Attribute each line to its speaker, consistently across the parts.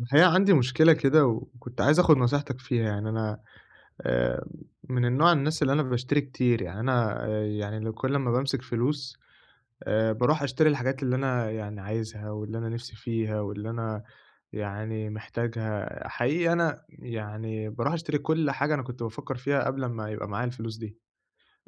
Speaker 1: الحقيقة عندي مشكلة كده وكنت عايز آخد نصيحتك فيها، يعني أنا آآ من النوع الناس اللي أنا باشتري كتير، يعني أنا يعني لو كل أمّا بامسك فلوس باروح أشتري الحاجات اللي أنا يعني عايزها واللي أنا نِفْسي فيها واللي أنا يعني محتاجها، حقيقي أنا يعني باروح أشتري كل حاجة أنا كنت بافكّر فيها قبل أمّا يبقى معايا الفلوس دي.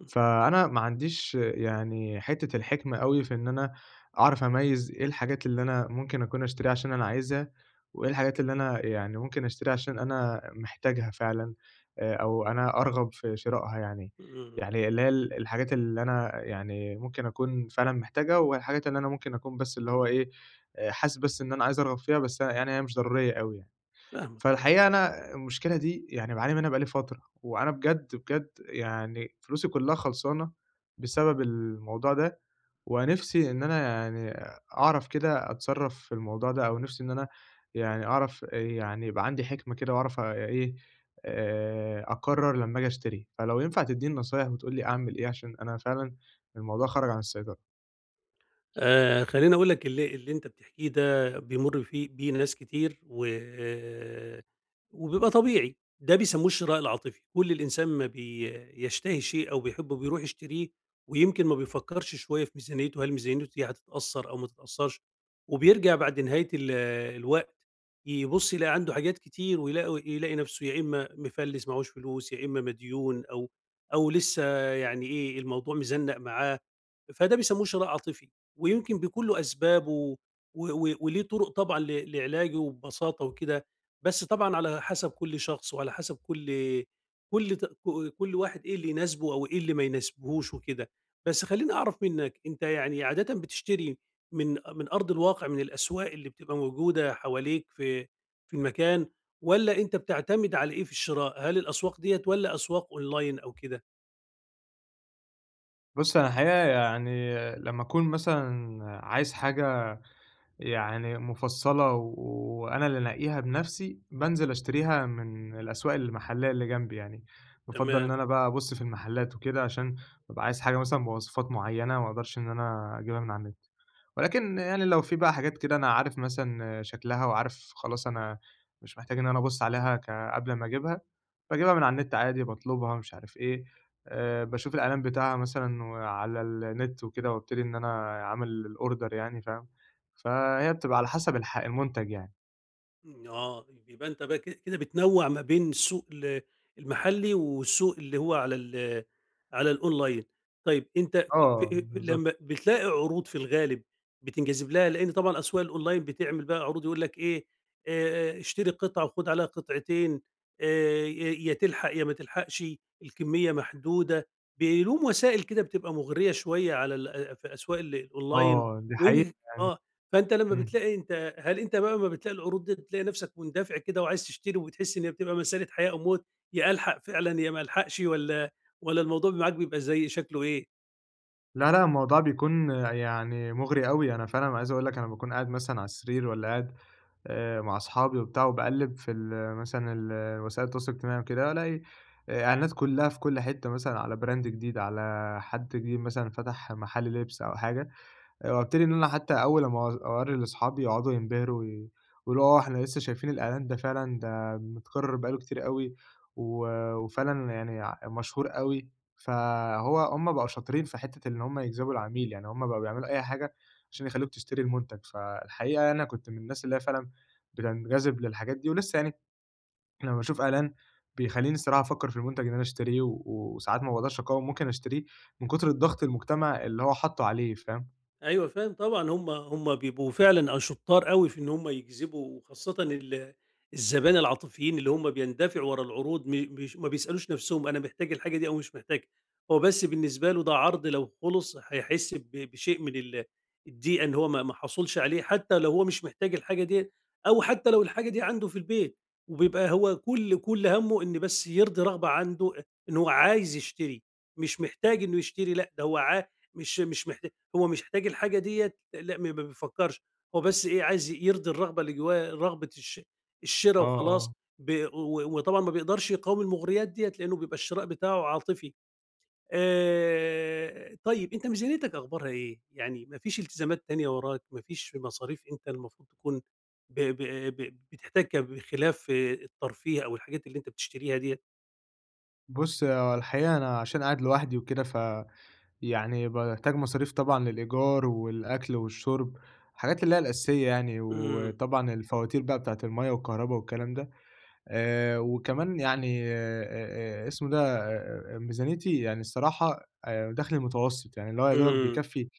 Speaker 1: فأنا ما عنديش يعني حتّة الحِكمة أوي في إن أنا أعرف أميّز إيه الحاجات اللي أنا ممكن أكون أشتريها عشان أنا عايزها، وإيه الحاجات اللي أنا يعني ممكن أشتريها عشان أنا محتاجها فعلًا، أو أنا أرغب في شرائها يعني.
Speaker 2: إمم، إمم،
Speaker 1: يعني اللي هي الحاجات اللي أنا يعني ممكن أكون فعلًا محتاجها، والحاجات اللي أنا ممكن أكون بس اللي هو إيه، حاسس بس إن أنا عايز أرغب فيها، يعني هي مش ضرورية أوي يعني.
Speaker 2: فاهمك.
Speaker 1: فالحقيقة أنا المشكلة دي يعني باعاني منها بقى لي فترة، وأنا بجد يعني فلوسي كلّها خلصانة بسبب الموضوع ده، ونِفْسي إن أنا يعني أعرف كده أتصرّف في الموضوع ده، أو نِفْسي إن أنا يعني أعرف يعني يبقى عندي حِكمة كده إيه، أقرّر لمّا آجي أشتري، فلو ينفع تدّيني نصايح وتقول لي أعمل إيه عشان أنا فعلًا الموضوع خرج عن السيطرة.
Speaker 2: خلّيني أقول لك اللي أنت بتحكيه ده بيمُر فيه بيه ناس كتير و آه، وبيبقى طبيعي. ده بيسمّوه الشراء العاطفي، كل الإنسان ما بيشتهي شيء أو بيحبّه بيروح يشتريه ويمكن ما بيفكّرش شوية في ميزانيته، هل ميزانيته دي هتتأثّر أو ما تتأثّرش، وبيرجع بعد نهاية الوقت يبُص يلاقي عنده حاجات كتير يلاقي نَفْسه يا إمّا مِفلِّس معاهوش فلوس، يا إمّا مديون أو لسه يعني إيه، الموضوع مزنّق معاه. فده بيسمّوه شراء عاطفي. ويمكن بيكون له أسبابه و و وليه طُرق طبعًا لعلاجه وببساطة وكده، بس طبعًا على حسب كل شخص وعلى حسب كل كل ت ك كل واحد إيه اللي يناسبه أو إيه اللي ما يناسبهوش وكده. بس خلّيني أعرف منّك، أنت يعني عادةً بتشتري من من أرض الواقع، من الأسواق اللي بتبقى موجودة حواليك في المكان، والّا أنت بتعتمد على إيه في الشراء؟ هل الأسواق ديّة والّا أسواق أونلاين أو كده؟
Speaker 1: بُص، أنا الحقيقة يعني لمّا أكون مثلًا عايز حاجة يعني مفصّلة وأنا اللي أنقّيها بنَفْسي، بانزل أشتريها من الأسواق المحلية اللي جنبي يعني، بافضّل إن
Speaker 2: تمام.
Speaker 1: أنا بقى أبُص في المحلات وكده عشان بابقى عايز حاجة مثلًا بمواصفات معيّنة ما أقدرش إن أنا أجيبها من على النت. ولكن يعني لو في بقى حاجات كده أنا عارف مثلًا شكلها وعارف خلاص أنا مش محتاج إن أنا أبُص عليها قبل ما أجيبها، باجيبها من على النت عادي، باطلبها مش عارف إيه، باشوف الإعلان بتاعها مثلًا وعلى النت وكده وابتدي إن أنا أعمل الorder يعني فاهم؟ فهي بتبقى على حسب المُنتَج يعني.
Speaker 2: إمم، آه، يبقى أنت بقى كده بتنوّع ما بين السوق المحلي والسوق اللي هو على الأونلاين. طيب أنت في
Speaker 1: آه،
Speaker 2: في
Speaker 1: بالضبط.
Speaker 2: لمّا بتلاقي عروض في الغالب بتنجذب لها، لإن طبعًا أسواق الأونلاين بتعمل بقى عروض يقول لك إيه، اشتري قطعة وخُد عليها قطعتين، ي يا تلحق يا ما تلحقش، الكمية محدودة. بيلوم وسائل كده بتبقى مُغرية شوية على ال في أسواق الأونلاين.
Speaker 1: آه، دي حقيقة،
Speaker 2: ويمكن آه، فأنت لمّا
Speaker 1: إمم.
Speaker 2: بتلاقي أنت، هل أنت بقى أمّا بتلاقي العروض ديّة بتلاقي نَفْسك مُندفع كده وعايز تشتري وبتحس إن هي بتبقى مسألة حياة أو موت، يا ألحق فعلًا يا ما ألحقش، والّا الموضوع معاك بيبقى زي شكله إيه؟
Speaker 1: لا، لأ، الموضوع بيكون يعني مُغري أوي، أنا فعلًا عايز أقول لك أنا باكون قاعد مثلًا على السرير والّا قاعد مع أصحابي وبتاع وباقلِّب في ال مثلًا ال وسائل التواصل الاجتماعي وكده، ألاقي إعلانات كلّها في كل حتّة مثلًا على brand جديد، على حد جديد مثلًا فتح محل لِبْس أو حاجة. وابتدي إن أنا حتى أول أما أو أورّي لأصحابي يقعدوا ينبهروا وي ويقولوا آه، إحنا لسه شايفين الإعلان ده فعلًا ده متكرر بقى له كتير أوي، و وفعلًا يعني مشهور أوي، هم بقوا شاطرين في حتة إن هم يجذبوا العميل، يعني هم بقوا بيعملوا أي حاجة عشان يخلّوك تشتري المنتج، فالحقيقة أنا كنت من الناس اللي هي فعلًا بتنجذب للحاجات دي، ولسه يعني لمّا باشوف إعلان بيخلّيني الصراحة أفكّر في المنتج اللي أنا أشتريه، وساعات ما باقدرش أقاوم ممكن أشتريه من كتر الضغط المجتمع اللي هو حاطّه عليه، فاهم؟
Speaker 2: أيوه فاهم طبعًا. هم بيبقوا فعلًا شُطّار أوي في إن هم يجذبوا، وخاصةً الزبائن العاطفيين اللي هم بيندفعوا ورا العروض، مش ما بيسألوش نَفْسهم أنا محتاج الحاجة دي أو مش محتاجها. هو بس بالنسبة له ده عرض لو خُلِص هيحس بشيء من الضيقة إن هو ما حصلش عليه، حتى لو هو مش محتاج الحاجة ديّة أو حتى لو الحاجة دي عنده في البيت. وبيبقى هو كل هَمُّه إن بس يرضي رغبة عنده إن هو عايز يشتري، مش محتاج إنه يشتري لأ. ده هو عا مش مش محت هو مش محتاج الحاجة ديّة لأ، ما بيفكّرش. هو بس إيه، عايز يرضي الرغبة اللي جواه، رغبة الشِرا
Speaker 1: آه،
Speaker 2: وخلاص.
Speaker 1: آه.
Speaker 2: ب و وطبعًا ما بيقدرش يقاوم المغريات ديّة لإنه بيبقى الشراء بتاعه عاطفي. طيب أنت ميزانيتك أخبارها إيه؟ يعني ما فيش التزامات تانية وراك، ما فيش مصاريف أنت المفروض تكون ب ب ب بتحتاجها بخلاف آه، الترفيه أو الحاجات اللي أنت بتشتريها ديّة؟
Speaker 1: بُص، هو الحقيقة أنا عشان قاعد لوحدي وكده، يعني باحتاج مصاريف طبعًا للإيجار والأكل والشرب، الحاجات اللي هي الأساسية يعني،
Speaker 2: إمم،
Speaker 1: وطبعًا الفواتير بقى بتاعة المَيّة والكهربا والكلام ده. وكمان يعني اسمه ده ميزانيتي يعني الصراحة دخلي متوسط، يعني اللي هو يا دوبك
Speaker 2: إمم،
Speaker 1: بيكفّي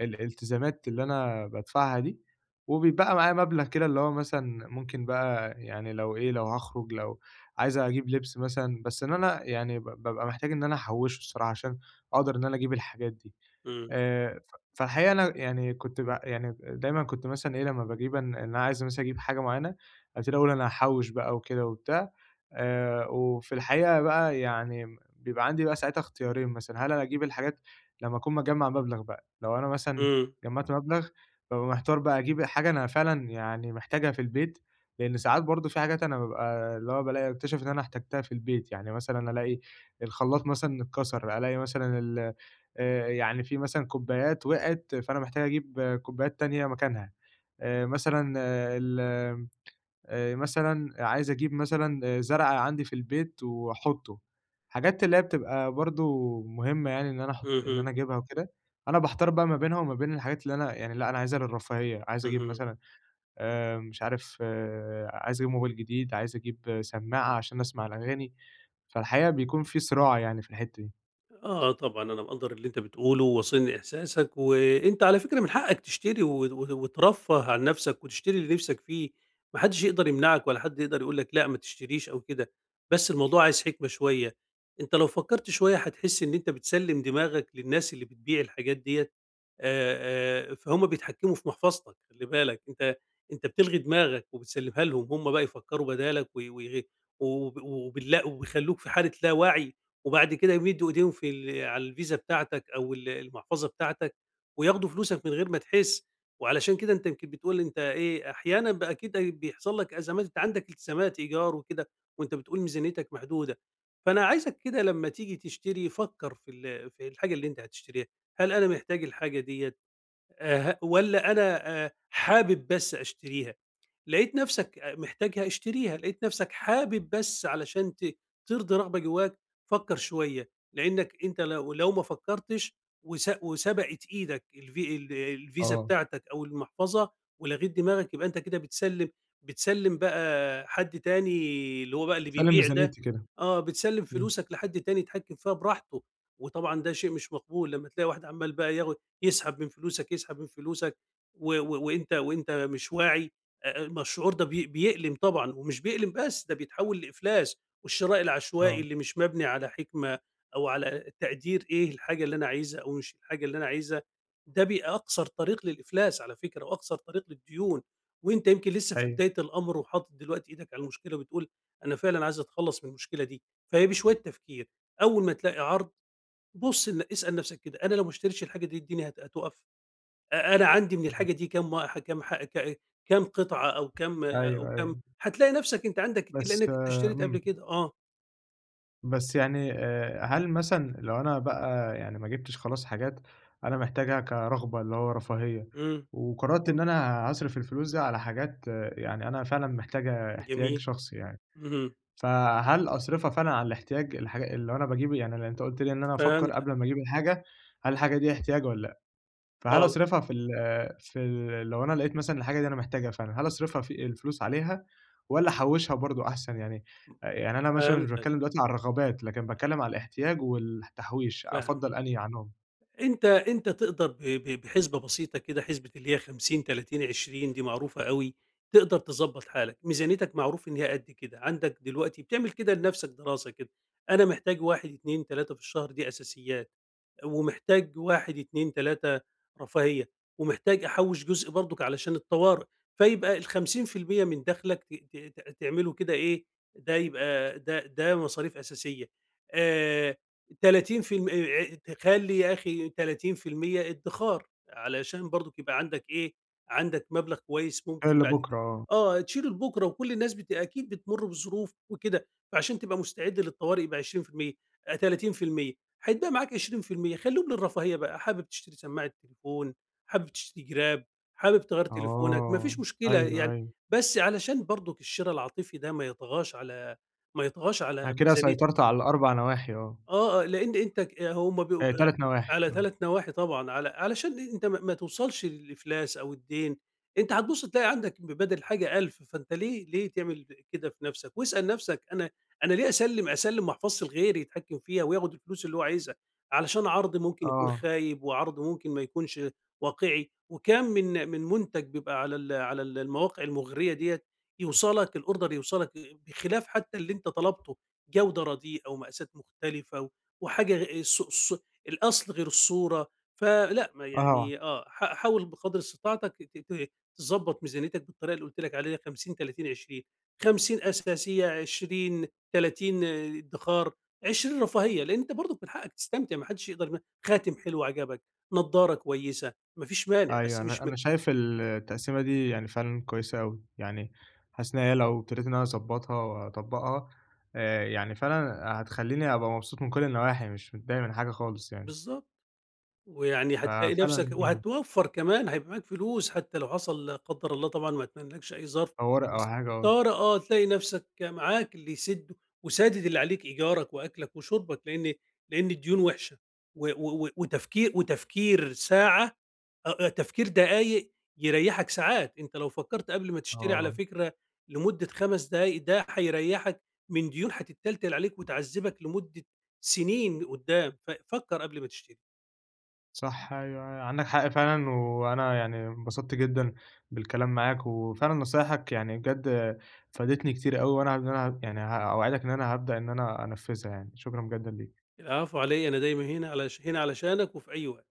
Speaker 1: الالتزامات اللي أنا بادفعها دي، وبيتبقى معايا مبلغ كده اللي هو مثلًا ممكن بقى يعني لو إيه، لو هاخرج، لو عايز أجيب لبس مثلًا، بس إن أنا يعني بابقى محتاج إن أنا أحوّشه الصراحة عشان أقدر إن أنا أجيب الحاجات دي.
Speaker 2: إمم،
Speaker 1: ف فالحقيقة أنا يعني كنت ب يعني دايمًا كنت مثلًا إيه، لمّا باجيب إن أنا عايز مثلًا أجيب حاجة معيّنة، ابتدي أقول أنا هاحوّش بقى وكده وبتاع، وفي الحقيقة بقى يعني بيبقى عندي بقى ساعتها اختيارين مثلًا، هل أنا أجيب الحاجات لمّا أكون مجمّع مبلغ بقى، لو أنا مثلًا
Speaker 2: إمم،
Speaker 1: جمّعت مبلغ، بابقى محتار بقى أجيب حاجة أنا فعلًا يعني محتاجها في البيت، لإن ساعات برضه في حاجات أنا بابقى اللي هو بالاقي باكتشف إن أنا احتجتها في البيت، يعني مثلًا ألاقي الخلاط مثلًا اتكسر، ألاقي مثلًا ال يعني في مثلًا كوبايات وقعت، فأنا محتاج أجيب كوبايات تانية مكانها. آآ مثلًا آه، ال مثلًا عايز أجيب مثلًا آه، زرع عندي في البيت وأحُطّه. حاجات اللي هي بتبقى برضه مهمة يعني إن أنا
Speaker 2: اهم،
Speaker 1: أجيبها وكده. أنا باحتار بقى ما بينها وما بين الحاجات اللي أنا يعني لأ، أنا عايزها للرفاهية، عايز أجيب
Speaker 2: اهم.
Speaker 1: مثلًا مش عارف آه، عايز أجيب موبايل جديد، عايز أجيب سماعة عشان أسمع الأغاني، فالحقيقة بيكون في صراع يعني في الحتّة دي.
Speaker 2: آه، طبعًا أنا مقدّر اللي أنت بتقوله، وواصلني إحساسك، وأنت على فكرة من حقك تشتري و و وترفّه عن نفسك وتشتري اللي نفسك فيه. ما حدش يقدر يمنعك ولا حد يقدر يقول لك لأ ما تشتريش أو كده. بس الموضوع عايز حكمة شوية. أنت لو فكّرت شوية هتحس إن أنت بتسلّم دماغك للناس اللي بتبيع الحاجات ديّة. فهُم بيتحكموا في محفظتك، خلّي بالك. أنت بتلغي دماغك وبتسلّمها لهم. هُم بقى يفكّروا بدالك و ويغ وب وباللا وبيخلّوك في حالة لا وعي. وبعد كده يمدّوا إيديهم في ال على الفيزا بتاعتك أو المحفظة بتاعتك، وياخدوا فلوسك من غير ما تحس. وعلشان كده أنت يمكن بتقول أنت إيه، أحيانًا بقى أكيد أي بيحصل لك أزمات، أنت عندك التزامات إيجار وكده، وأنت بتقول ميزانيتك محدودة. فأنا عايزك كده لمّا تيجي تشتري فكّر في الحاجة اللي أنت هتشتريها، هل أنا محتاج الحاجة ديّة ه والّا أنا حابب بس أشتريها؟ لقيت نفسك محتاجها اشتريها، لقيت نفسك حابب بس علشان ترضي رغبة جواك فكّر شوية. لإنّك أنت لو ما فكّرتش وسبقت إيدك الفيزا
Speaker 1: آه،
Speaker 2: بتاعتك أو المحفظة ولغيت دماغك، يبقى أنت كده بتسلّم بقى حد تاني اللي هو بقى اللي
Speaker 1: باسلِّم
Speaker 2: بيبيع ده.
Speaker 1: ميزانيتي كده.
Speaker 2: آه، بتسلّم
Speaker 1: إمم،
Speaker 2: فلوسك لحد تاني يتحكّم فيها براحته. وطبعًا ده شيء مش مقبول لمّا تلاقي واحد عمّال بقى ياخد يسحب من فلوسك، يسحب من فلوسك، و و- وأنت وأنت مش واعي. ما الشعور ده بيألم طبعًا، ومش بيألم بس، ده بيتحول لإفلاس. والشراء العشوائي
Speaker 1: آه.
Speaker 2: اللي مش مبني على حكمة أو على تقدير إيه الحاجة اللي أنا عايزها أو مش الحاجة اللي أنا عايزها، ده أقصر طريق للإفلاس على فكرة وأقصر طريق للديون. وأنت يمكن لسه في
Speaker 1: أيوه،
Speaker 2: بداية الأمر وحاطط دلوقتي إيدك على المشكلة وبتقول أنا فعلًا عايز أتخلص من المشكلة دي. فهي بشوية تفكير، أول ما تلاقي عرض بُص اسأل نفسك كده، أنا لو ما اشتريتش الحاجة دي الدنيا هتُقف؟ أنا عندي من
Speaker 1: إمم،
Speaker 2: الحاجة دي كام وا كام ح ك كام قطعة أو كام أو
Speaker 1: أيوه، أيوه،
Speaker 2: كام. هتلاقي نفسك أنت عندك كتير
Speaker 1: بس
Speaker 2: لأنك أنت اشتريت قبل
Speaker 1: إمم،
Speaker 2: كده. آه،
Speaker 1: بس يعني هل مثلًا لو أنا بقى يعني ما جِبتش خلاص حاجات أنا محتاجها كرغبة اللي هو رفاهية،
Speaker 2: إمم،
Speaker 1: وقررت إن أنا هاصرف الفلوس دي على حاجات يعني أنا فعلًا محتاجها احتياج
Speaker 2: جميل،
Speaker 1: شخصي يعني،
Speaker 2: اهم،
Speaker 1: فهل أصرفها فعلًا على الاحتياج الحاجا اللي أنا باجيب يعني اللي أنت قُلت لي إن أنا أفكّر
Speaker 2: فهمتك،
Speaker 1: قبل ما أجيب الحاجة، هل الحاجة دي احتياج والّا لأ؟ فهل
Speaker 2: آه،
Speaker 1: أصرفها في ال في ال لو أنا لقيت مثلًا الحاجة دي أنا محتاجها فعلًا، هل أصرفها في الفلوس عليها والّا أحوّشها برضه أحسن؟ يعني يعني أنا مثلًا مش
Speaker 2: فهمتك،
Speaker 1: باتكلم دلوقتي على الرغبات، لكن باتكلم على الاحتياج والتحويش،
Speaker 2: فاهم.
Speaker 1: أفضّل أنهي عنهم؟
Speaker 2: أنت أنت تقدر ب ب بحسبة بسيطة كده، حسبة اللي هي 50، 30، 20 دي معروفة أوي. تقدر تضبّط حالك، ميزانيتك معروف إن هي قد كده، عندك دلوقتي بتعمل كده لنفسك دراسة كده، أنا محتاج 1، 2، 3 في الشهر دي أساسيات. ومحتاج 1، 2، 3 رفاهية، ومحتاج أحوّش جزء برضُك علشان الطوارئ. فيبقى ال50% من دخلك ت ت ت تعمله كده إيه، ده يبقى ده ده مصاريف أساسية. آآ 30%، تخلّي يا أخي 30% ادّخار، علشان برضُك يبقى عندك إيه، عندك مبلغ كويس
Speaker 1: خير
Speaker 2: ممكن بعد
Speaker 1: لبكرة
Speaker 2: كده
Speaker 1: آه،
Speaker 2: آه، تشيله لبُكرة، وكل الناس أكيد بتمُر بظروف وكده، فعشان تبقى مستعد للطوارئ يبقى 20%، 30%. هيتبقى معاك 20% خلّيهم للرفاهية بقى. حابب تشتري سماعة تليفون، حابب تشتري جراب، حابب تغيّر تليفونك، ما
Speaker 1: آه،
Speaker 2: فيش مشكلة
Speaker 1: أيوه،
Speaker 2: يعني.
Speaker 1: أيوه،
Speaker 2: بس علشان برضك الشِرا العاطفي ده ما يطغاش
Speaker 1: أنا
Speaker 2: على
Speaker 1: كده
Speaker 2: ميزانية.
Speaker 1: سيطرت على ال4 نواحي آه،
Speaker 2: آه، آه، لإن أنت آه، هُم بيبقوا
Speaker 1: 3 نواحي
Speaker 2: على 3 نواحي طبعًا، على علشان أنت ما توصلش للإفلاس أو الدين. أنت هتبُص تلاقي عندك بدل الحاجة 1000، فأنت ليه تعمل كده في نَفْسك؟ واسأل نَفْسك، أنا ليه أسلِّم محفظتي لغيري يتحكم فيها وياخد الفلوس اللي هو عايزها، علشان عرض ممكن يكون
Speaker 1: آه،
Speaker 2: خايب وعرض ممكن ما يكونش واقعي. وكام من منتج بيبقى على المواقع المُغرية ديّة يوصلك الorder، يوصلك بخلاف حتى اللي أنت طلبته. جودة رديئة ومقاسات مختلفة وحاجة غ الص الص الأصل غير الصورة. فلأ ما
Speaker 1: آه، آه.
Speaker 2: يعني آه، حاول بقدر استطاعتك ت ت تضبّط ميزانيتك بالطريقة اللي قُلت لك عليها، 50، 30، 20. 50 أساسية، 20، 30 ادّخار، 20 رفاهية، لإن أنت برضك من حقك تستمتع، ما حدش يقدر خاتم حلو عجبك، نضارة كويسة، ما فيش مانع،
Speaker 1: أيوه،
Speaker 2: بس
Speaker 1: أنا
Speaker 2: مش م
Speaker 1: أنا شايف التقسيمة دي يعني فعلًا كويسة أوي، يعني حاسس إن هي لو ابتديت إن أنا أضبّطها وأطبّقها يعني فعلًا هتخلّيني أبقى مبسوط من كل النواحي، مش متضايق من حاجة خالص يعني،
Speaker 2: بالضبط. ويعني هتلاقي نفسك
Speaker 1: ففعلًا إمم،
Speaker 2: وهتوفّر كمان، هيبقى معاك فلوس حتى لو حصل لا قدّر الله طبعًا ما أتمنّالكش أي ظرف،
Speaker 1: طوارئ أو
Speaker 2: بس
Speaker 1: حاجة آه،
Speaker 2: طارئ آه، تلاقي نفسك معاك اللي يسِد وسادد اللي عليك إيجارك وأكلك وشربك. لإن لإن الديون وِحشة، وتفكير، وتفكير ساعة أ أ تفكير دقايق يريّحك ساعات. أنت لو فكّرت قبل ما تشتري على
Speaker 1: آه،
Speaker 2: فكرة لمدة 5 دقايق ده هيريّحك من ديون هتتّلتل عليك وتعذّبك لمدة سنين قدّام. ففكّر قبل ما تشتري.
Speaker 1: صح أيوه، أيوه. عندك حق فعلًا، وأنا يعني انبسطت جدًا بالكلام معاك، وفعلًا نصايحك يعني بجد فادتني كتير أوي، وأنا إن أنا يعني أوعدك إن أنا هابدأ إن أنا أنفّذها يعني، شكرًا جدًا ليك.
Speaker 2: العفو، علي أنا دايما هنا هنا علشانك وفي أي وقت.